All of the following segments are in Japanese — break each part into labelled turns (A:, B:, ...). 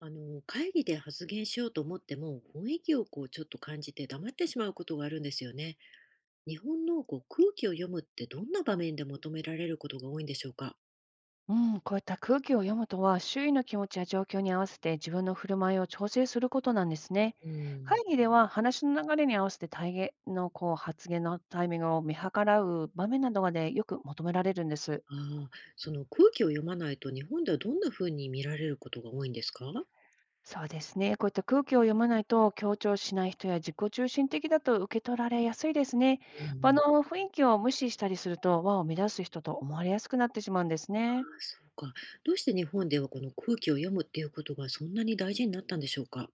A: あの会議で発言しようと思っても雰囲気をこうちょっと感じて黙ってしまうことがあるんですよね。日本のこう空気を読むってどんな場面で求められることが多いんでしょうか。
B: うん、こういった空気を読むとは、周囲の気持ちや状況に合わせて自分の振る舞いを調整することなんですね。
A: うん。
B: 会議では話の流れに合わせて体言の発言のタイミングを見計らう場面などがよく求められるんです。
A: ああ、その空気を読まないと日本ではどんな風に見られることが多いんですか。
B: そうですね。こういった空気を読まないと強調しない人や自己中心的だと受け取られやすいですね。
A: う
B: 場
A: ん。
B: の雰囲気を無視したりすると輪を乱す人と思われやすくなってしまうんです
A: ああ
B: ね。
A: そうか。どうして日本ではこの空気を読むっていうことがそんなに大事になったんでしょうか。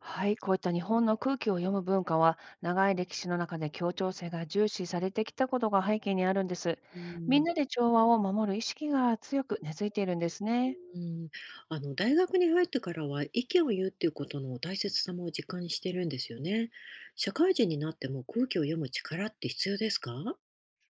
B: はい、こういった日本の空気を読む文化は、長い歴史の中で協調性が重視されてきたことが背景にあるんです。
A: う
B: み
A: ん。
B: んなで調和を守る意識が強く根付いているんですね。
A: うん、あの大学に入ってからは意見を言うっていうことの大切さも実感してるんですよね。社会人になっても空気を読む力って必要ですか？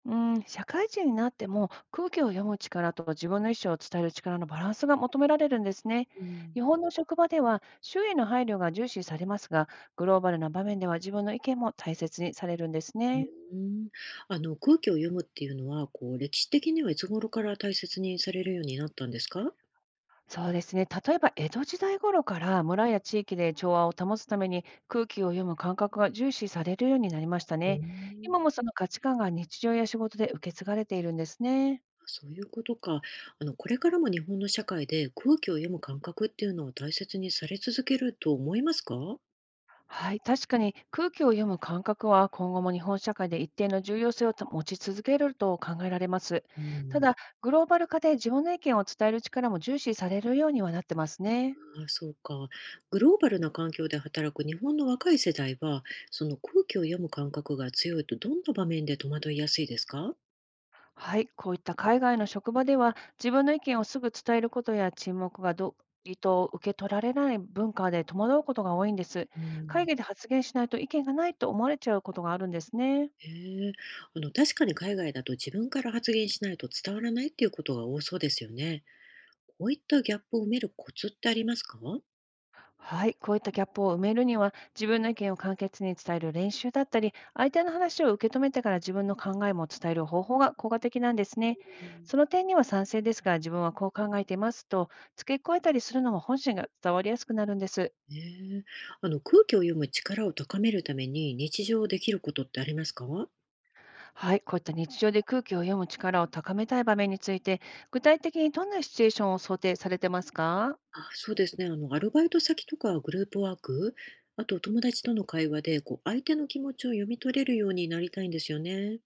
B: うん、社会人になっても空気を読む力と自分の意思を伝える力のバランスが求められるんですね。
A: うん、
B: 日本の職場では周囲の配慮が重視されますが、グローバルな場面では自分の意見も大切にされるんです
A: う
B: ね。
A: ん、あの空気を読むっていうのはこう歴史的にはいつ頃から大切にされるようになったんですか？
B: そうですね。例えば江戸時代頃から村や地域で調和を保つために空気を読む感覚が重視されるようになりました
A: う
B: ね。
A: ん。
B: 今もその価値観が日常や仕事で受け継がれているんですね。
A: そういうことか。あのこれからも日本の社会で空気を読む感覚っていうのを大切にされ続けると思いますか？
B: はい、確かに空気を読む感覚は今後も日本社会で一定の重要性を持ち続けると考えられます。
A: う
B: た
A: ん。
B: だ、グローバル化で自分の意見を伝える力も重視されるようにはなってますね。
A: ああ、そうか。グローバルな環境で働く日本の若い世代は、その空気を読む感覚が強いとどんな場面で戸惑いやすいですか？
B: はい、こういった海外の職場では、自分の意見をすぐ伝えることや沈黙が意図を受け取られない文化で戸惑うことが多いんです。
A: うん、
B: 会議で発言しないと意見がないと思われちゃうことがあるんですね。
A: へえ、あの、確かに海外だと自分から発言しないと伝わらないっていうことが多そうですよね。こういったギャップを埋めるコツってありますか？
B: はい、こういったギャップを埋めるには、自分の意見を簡潔に伝える練習だったり、相手の話を受け止めてから自分の考えも伝える方法が効果的なんです
A: う
B: ね。
A: ん。
B: その点には賛成ですが、自分はこう考えていますと付け加えたりするのも本心が伝わりやすくなるんです。
A: ねえ、あの、空気を読む力を高めるために日常できることってありますか？
B: はい、こういった日常で空気を読む力を高めたい場面について、具体的にどんなシチュエーションを想定されてますか？
A: あ、そうですね。あの、アルバイト先とかグループワーク、あと友達との会話で、こう、相手の気持ちを読み取れるようになりたいんですよね。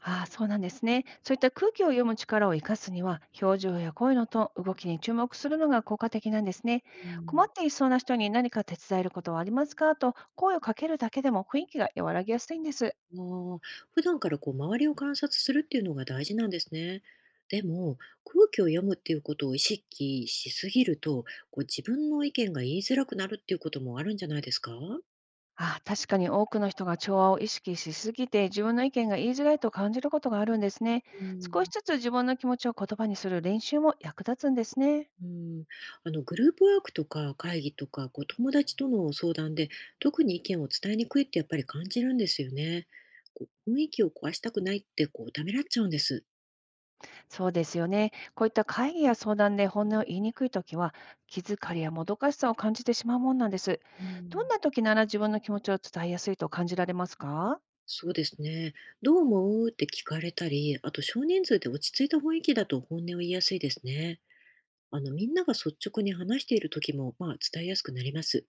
B: ああ、そうなんですね。そういった空気を読む力を活かすには、表情や声のトーン、動きに注目するのが効果的なんですね。
A: う
B: 困っ
A: ん、
B: ていそうな人に何か手伝えることはありますかと声をかけるだけでも雰囲気が和らぎやすいんです。
A: ああ、普段からこう、周りを観察するっていうのが大事なんですね。でも、空気を読むっていうことを意識しすぎると、こう、自分の意見が言いづらくなるっていうこともあるんじゃないですか？
B: ああ、確かに多くの人が調和を意識しすぎて自分の意見が言いづらいと感じることがあるんですね。
A: う
B: 少し
A: ん。
B: ずつ自分の気持ちを言葉にする練習も役立つんですね。
A: うん、あのグループワークとか会議とかこう友達との相談で特に意見を伝えにくいってやっぱり感じるんですよね。こう雰囲気を壊したくないってこうためらっちゃうんです。
B: そうですよね。こういった会議や相談で本音を言いにくいときは、気疲れやもどかしさを感じてしまうもんなんです。
A: う
B: ど
A: ん、
B: んな時なら自分の気持ちを伝えやすいと感じられますか？
A: そうですね。どう思うって聞かれたり、あと少人数で落ち着いた雰囲気だと本音を言いやすいですね。あのみんなが率直に話している時もまあ伝えやすくなります。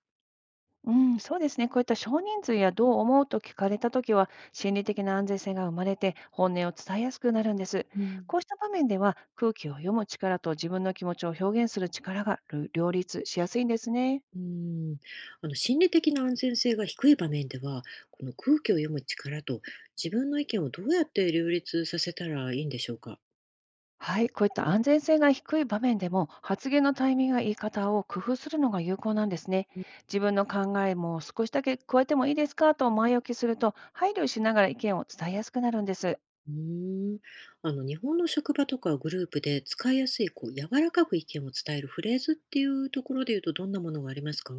B: うん、そうですね。こういった少人数やどう思うと聞かれたときは、心理的な安全性が生まれて、本音を伝えやすくなるんです。
A: う
B: こ
A: ん。
B: うした場面では、空気を読む力と自分の気持ちを表現する力が両立しやすいんですね。
A: うーん、あの心理的な安全性が低い場面では、この空気を読む力と自分の意見をどうやって両立させたらいいんでしょうか。
B: はい、こういった安全性が低い場面でも発言のタイミングや言い方を工夫するのが有効なんですね。自分の考えも少しだけ加えてもいいですかと前置きすると配慮しながら意見を伝えやすくなるんです。
A: うーん、あの日本の職場とかグループで使いやすいこう柔らかく意見を伝えるフレーズっていうところで言うとどんなものがありますか。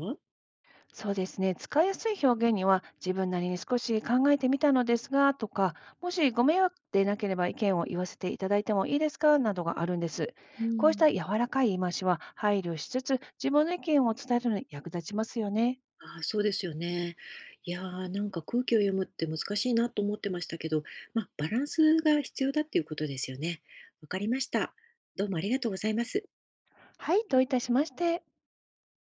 B: そうですね、使いやすい表現には自分なりに少し考えてみたのですがとか、もしご迷惑でなければ意見を言わせていただいてもいいですかなどがあるんです。
A: う
B: こうし
A: ん、
B: た柔らかい言い回しは配慮しつつ自分の意見を伝えるのに役立ちますよね。
A: ああ、そうですよね。いやー、なんか空気を読むって難しいなと思ってましたけど、まあ、バランスが必要だっていうことですよね。わかりました。どうもありがとうございます。
B: はい、どういたしまして。